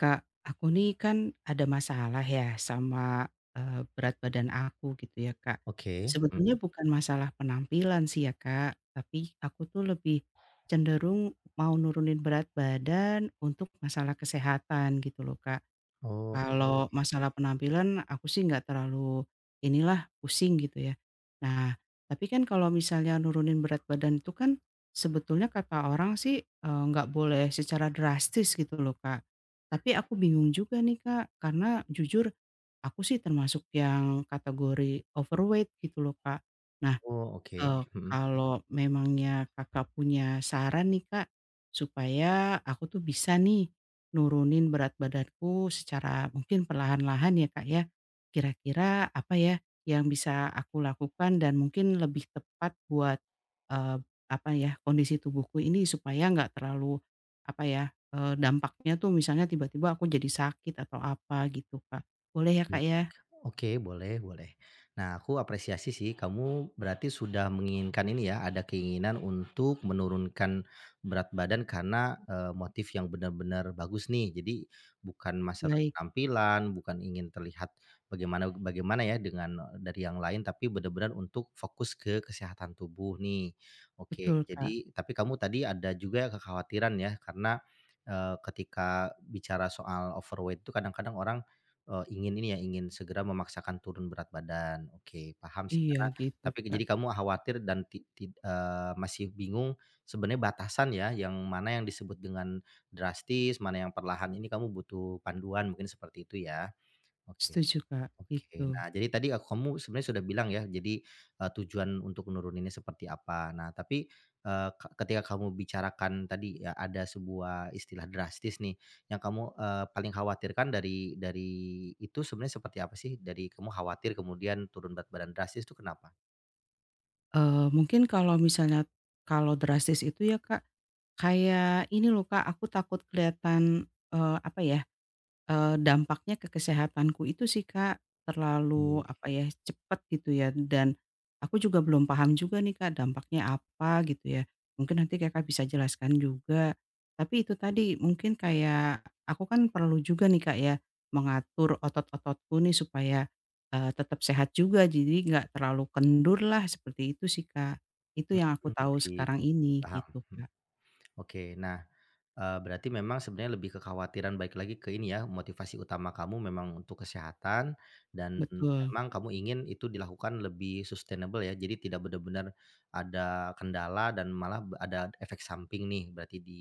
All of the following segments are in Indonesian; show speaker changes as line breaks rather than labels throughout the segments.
Kak, aku nih kan ada masalah ya sama, berat badan aku gitu ya, Kak.
Oke.
Sebetulnya bukan masalah penampilan sih ya, Kak, tapi aku tuh lebih cenderung mau nurunin berat badan untuk masalah kesehatan gitu loh, Kak.
Oh,
Kalau masalah penampilan aku sih nggak terlalu inilah, pusing gitu ya. Nah, tapi kan kalau misalnya nurunin berat badan itu kan sebetulnya kata orang sih, nggak boleh secara drastis gitu loh, Kak. Tapi aku bingung juga nih, Kak, karena jujur aku sih termasuk yang kategori overweight gitu loh, Kak. Nah,
oh, oke, mhm.
Kalau memangnya Kakak punya saran nih Kak, supaya aku tuh bisa nih nurunin berat badanku secara mungkin perlahan-lahan ya Kak ya, kira-kira apa ya yang bisa aku lakukan dan mungkin lebih tepat buat, eee, apa ya, kondisi tubuhku ini supaya nggak terlalu apa ya, dampaknya tuh misalnya tiba-tiba aku jadi sakit atau apa gitu Kak. Boleh ya Kak ya?
Oke, boleh boleh. Nah, aku apresiasi sih kamu berarti sudah menginginkan ini ya, ada keinginan untuk menurunkan berat badan karena, motif yang benar-benar bagus nih. Jadi bukan masalah
Baik,
penampilan, bukan ingin terlihat bagaimana bagaimana ya dengan eh, dari yang lain, tapi benar-benar untuk fokus ke kesehatan tubuh nih.
betul
Oke,
Kak.
jadi tapi kamu tadi ada juga kekhawatiran ya karena, ketika bicara soal overweight itu kadang-kadang orang ingin ini ya, ingin segera memaksakan turun berat badan. Oke, paham sih
Iya
karena
gitu
tapi jadi
Kak.
kamu khawatir dan masih bingung sebenarnya batasan ya, yang mana yang disebut dengan drastis, mana yang perlahan, ini kamu butuh panduan mungkin seperti itu ya? Oke.
Setuju, Kak,
Oke.
itu.
Nah, jadi tadi kamu sebenarnya sudah bilang ya, jadi, tujuan untuk nuruninnya seperti apa. Nah, tapi, ketika kamu bicarakan tadi ya ada sebuah istilah drastis nih, yang kamu, paling khawatirkan dari itu sebenarnya seperti apa sih? Dari kamu khawatir kemudian turun berat badan drastis itu kenapa?
Mungkin kalau misalnya kalau drastis itu ya, Kak, kayak ini loh, Kak, aku takut kelihatan, apa ya. Dampaknya ke kesehatanku itu sih, Kak, terlalu
Mmm.
apa ya, cepet gitu ya dan aku juga belum paham juga nih, Kak, dampaknya apa gitu ya. Mungkin nanti Kakak bisa jelaskan juga. Tapi itu tadi mungkin kayak aku kan perlu juga nih, Kak, ya mengatur otot-ototku nih supaya, tetap sehat juga jadi nggak terlalu kendur lah seperti itu sih, Kak. Itu yang aku
Mmm,
tahu
baik.
sekarang ini
Paham.
gitu, Kak.
Oke, nah, berarti memang sebenarnya lebih kekhawatiran baik lagi ke ini ya, motivasi utama kamu memang untuk kesehatan dan
Betul
memang kamu ingin itu dilakukan lebih sustainable ya, jadi tidak benar-benar ada kendala dan malah ada efek samping nih berarti di,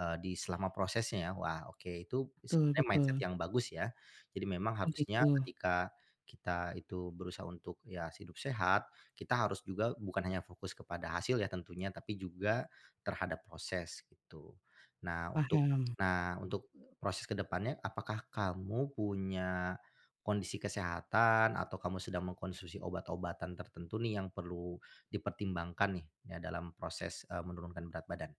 eee, di selama prosesnya ya. Wah, oke itu
betul
sebenarnya mindset
betul.
yang bagus ya. Jadi memang
Oh
harusnya
gitu,
ketika kita itu berusaha untuk ya hidup sehat, kita harus juga bukan hanya fokus kepada hasil ya tentunya, tapi juga terhadap proses gitu. Nah untuk
paham.
nah untuk proses ke depannya apakah kamu punya kondisi kesehatan atau kamu sedang mengkonsumsi obat-obatan tertentu nih yang perlu dipertimbangkan nih ya dalam proses, menurunkan berat badan?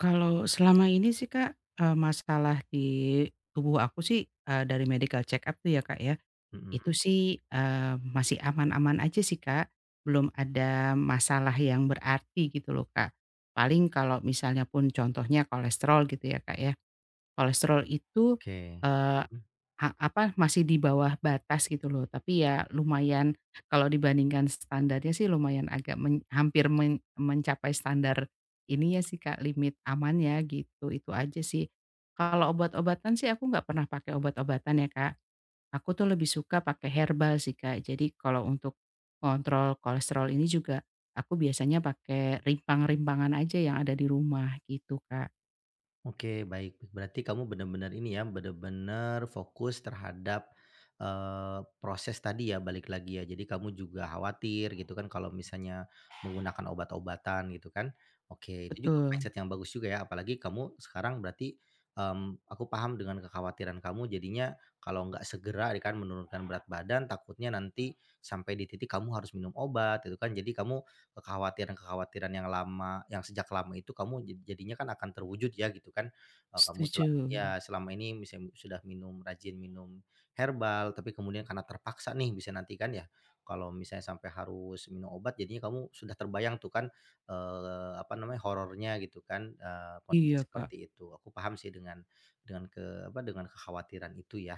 Kalau selama ini sih Kak, masalah di tubuh aku sih, dari medical check up tuh ya Kak ya, itu
Mhm,
sih, masih aman-aman aja sih Kak, belum ada masalah yang berarti gitu loh Kak. Paling kalau misalnya pun contohnya kolesterol gitu ya Kak ya, kolesterol itu,
oke.
eee
Mhm.
ha apa, masih di bawah batas gitu loh, tapi ya lumayan kalau dibandingkan standarnya sih lumayan agak hampir mencapai standar ini ya sih Kak, limit amannya gitu, itu aja sih. Kalau obat-obatan sih aku nggak pernah pakai obat-obatan ya Kak, aku tuh lebih suka pakai herbal sih Kak. Jadi kalau untuk kontrol kolesterol ini juga aku biasanya pakai rimpang-rimpangan aja yang ada di rumah gitu Kak.
Oke, baik. Berarti kamu benar-benar ini ya, benar-benar fokus terhadap, proses tadi ya, balik lagi ya. Jadi kamu juga khawatir gitu kan kalau misalnya menggunakan obat-obatan gitu kan. Oke, itu juga
Betul,
mindset yang bagus juga ya, apalagi kamu sekarang berarti, aku paham dengan kekhawatiran kamu jadinya kalau nggak segera ya kan menurunkan berat badan takutnya nanti sampai di titik kamu harus minum obat gitu kan. Jadi kamu kekhawatiran-kekhawatiran yang lama yang sejak lama itu kamu jadinya kan akan terwujud ya gitu kan, kamu
setuju.
selama ini misem sudah minum rajin minum herbal, tapi kemudian karena terpaksa nih bisa nanti kan ya, kalau misalnya sampai harus minum obat jadinya kamu sudah terbayang tuh kan, apa namanya, horornya gitu kan,
Iya
kondisi
Kak.
seperti itu. Aku paham sih dengan ke apa, dengan kekhawatiran itu ya.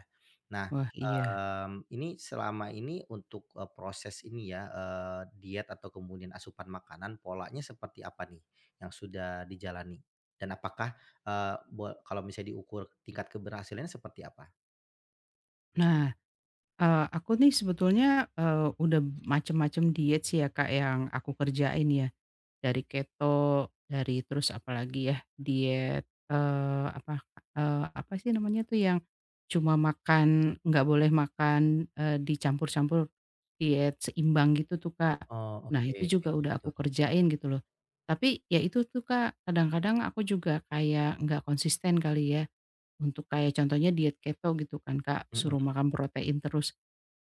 Nah
Wah, iya.
Ini selama ini untuk, proses ini ya, diet atau kemudian asupan makanan polanya seperti apa nih yang sudah dijalani? Dan apakah, eee, bo kalau misalnya diukur tingkat keberhasilannya seperti apa?
Nah, aku nih sebetulnya, udah macem-macem diet sih ya Kak yang aku kerjain ya, dari keto, dari terus apalagi ya diet, apa, apa sih namanya tuh yang cuma makan nggak boleh makan, dicampur-campur, diet seimbang gitu tuh Kak.
Oh
Nah
oke,
itu juga udah aku
betul,
kerjain gitu loh. Tapi ya itu tuh Kak kadang-kadang aku juga kayak nggak konsisten kali ya. Untuk kayak contohnya diet keto gitu kan Kak,
mhm,
suruh makan protein terus.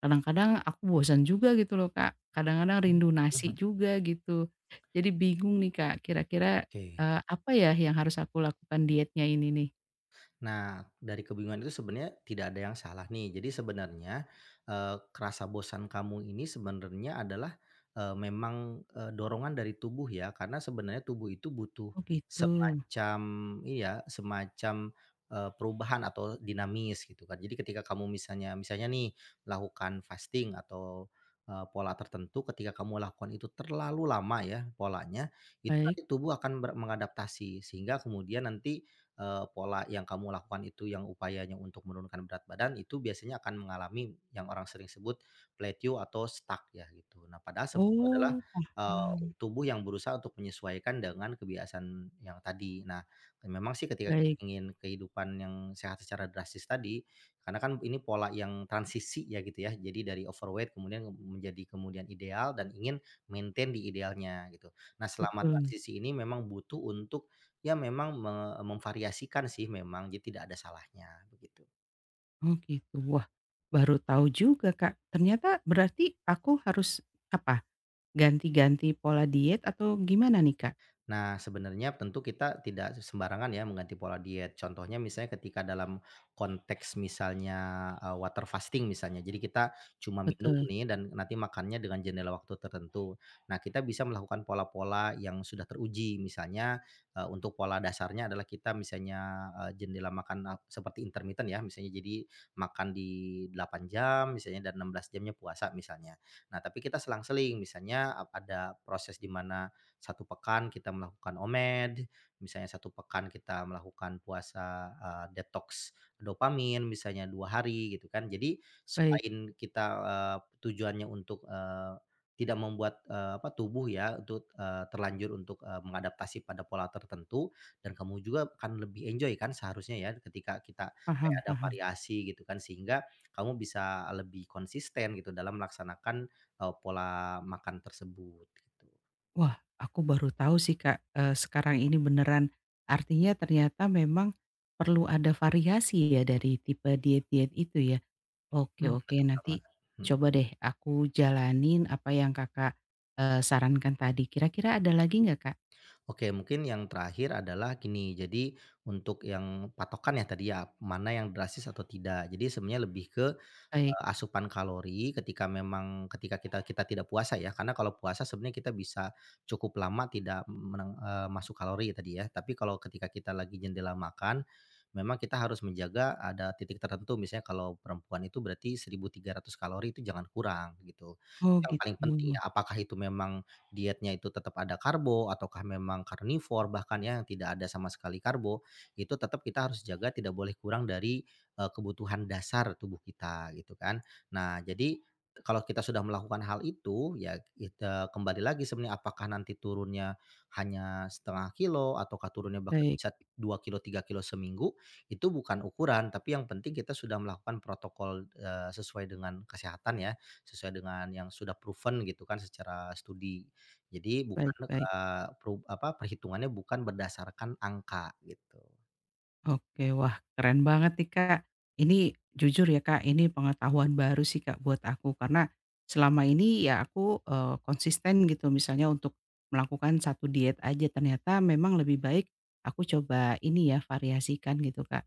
Kadang-kadang aku bosan juga gitu loh Kak, kadang-kadang
mmm,
rindu
mhm,
nasi juga gitu. Jadi bingung nih Kak, kira-kira,
oke.
apa ya yang harus aku lakukan dietnya ini nih?
Nah, dari kebingungan itu sebenarnya tidak ada yang salah nih. Jadi sebenarnya, rasa bosan kamu ini sebenarnya adalah, dorongan dari tubuh ya, karena sebenarnya tubuh itu butuh
Oh gitu.
semacam iya semacam, perubahan atau dinamis gitu kan. Jadi ketika kamu misalnya misalnya nih melakukan fasting atau, pola tertentu ketika kamu lakukan itu terlalu lama ya polanya, itu nanti
Baik.
tubuh akan mengadaptasi sehingga kemudian nanti pola yang kamu lakukan itu yang upayanya untuk menurunkan berat badan itu biasanya akan mengalami yang orang sering sebut plateau atau stuck ya gitu. Nah padahal sebenarnya itu adalah,
Oh,
eee,
paham.
tubuh yang berusaha untuk menyesuaikan dengan kebiasaan yang tadi. Nah, memang sih ketika kita
Baik,
ingin kehidupan yang sehat secara drastis tadi, karena kan ini pola yang transisi ya gitu ya. Jadi dari overweight kemudian menjadi kemudian ideal dan ingin maintain di idealnya gitu. Nah selama
betul.
transisi ini memang butuh untuk ya memang memvariasikan sih memang, jadi tidak ada salahnya, begitu.
Oh gitu. Wah, baru tahu juga Kak. Ternyata berarti aku harus apa, ganti-ganti pola diet atau gimana nih Kak?
Nah, sebenarnya tentu kita tidak sembarangan ya mengganti pola diet. Contohnya misalnya ketika dalam konteks misalnya, water fasting misalnya. Jadi kita cuma minum
Betul,
nih dan nanti makannya dengan jendela waktu tertentu. Nah, kita bisa melakukan pola-pola yang sudah teruji. Misalnya, untuk pola dasarnya adalah kita misalnya, jendela makan seperti intermittent ya, misalnya jadi makan di 8 jam misalnya dan 16 jamnya puasa misalnya. Nah, tapi kita selang-seling misalnya ada proses di mana 1 pekan kita melakukan OMED, misalnya 1 pekan kita melakukan puasa, detoks dopamin misalnya 2 hari gitu kan. Jadi
baik.
selain kita, tujuannya untuk, tidak membuat, apa, tubuh ya untuk, terlanjur untuk, mengadaptasi pada pola tertentu dan kamu juga akan lebih enjoy kan seharusnya ya ketika kita kayak
Paham
ada
paham.
variasi gitu kan sehingga kamu bisa lebih konsisten gitu dalam melaksanakan, pola makan tersebut gitu.
Wah, aku baru tahu sih Kak, sekarang ini beneran. Artinya ternyata memang perlu ada variasi ya dari tipe diet-diet itu ya. Oke
Mhm,
oke,
betul banget,
nanti
mhm.
coba deh aku jalanin apa yang Kakak, sarankan tadi. Kira-kira ada lagi nggak Kak?
Oke, mungkin yang terakhir adalah gini, jadi untuk yang patokan ya tadi ya, mana yang drastis atau tidak. Jadi sebenarnya lebih ke,
Baik.
asupan kalori ketika memang kita kita tidak puasa ya, karena kalau puasa sebenarnya kita bisa cukup lama tidak masuk kalori ya tadi ya. Tapi kalau ketika kita lagi jendela makan, memang kita harus menjaga ada titik tertentu, misalnya kalau perempuan itu berarti 1.300 kalori itu jangan kurang gitu.
Oh
Yang paling
gitu.
penting ya, apakah itu memang dietnya itu tetap ada karbo ataukah memang karnivor bahkan ya yang tidak ada sama sekali karbo, itu tetap kita harus jaga tidak boleh kurang dari, kebutuhan dasar tubuh kita gitu kan. Nah jadi kalau kita sudah melakukan hal itu ya kita kembali lagi sebenarnya apakah nanti turunnya hanya setengah kilo, ataukah turunnya bahkan
Baik
bisa 2 kilo, 3 kilo seminggu, itu bukan ukuran tapi yang penting kita sudah melakukan protokol, sesuai dengan kesehatan ya, sesuai dengan yang sudah proven gitu kan secara studi. Jadi bukan,
baik baik.
perhitungannya bukan berdasarkan angka gitu.
Oke, wah keren banget nih Kak. Ini jujur ya Kak, ini pengetahuan baru sih Kak buat aku karena selama ini ya aku, konsisten gitu misalnya untuk melakukan satu diet aja, ternyata memang lebih baik aku coba ini ya variasikan gitu Kak.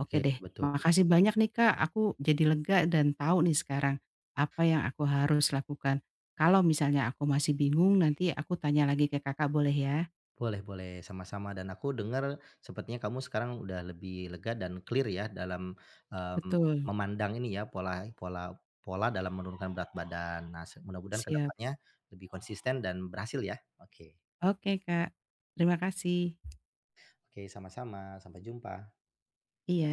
Oke deh,
betul.
makasih banyak nih Kak, aku jadi lega dan tahu nih sekarang apa yang aku harus lakukan. Kalau misalnya aku masih bingung nanti aku tanya lagi ke Kakak boleh ya?
Boleh boleh, sama-sama dan aku dengar sepertinya kamu sekarang udah lebih lega dan clear ya dalam, mmm,
Betul.
memandang ini ya, pola pola pola dalam menurunkan berat badan. Nah, mudah-mudahan
Siap,
kedepannya lebih konsisten dan berhasil ya. Oke.
oke Kak. Terima kasih.
Oke, sama-sama, sampai jumpa.
Iya.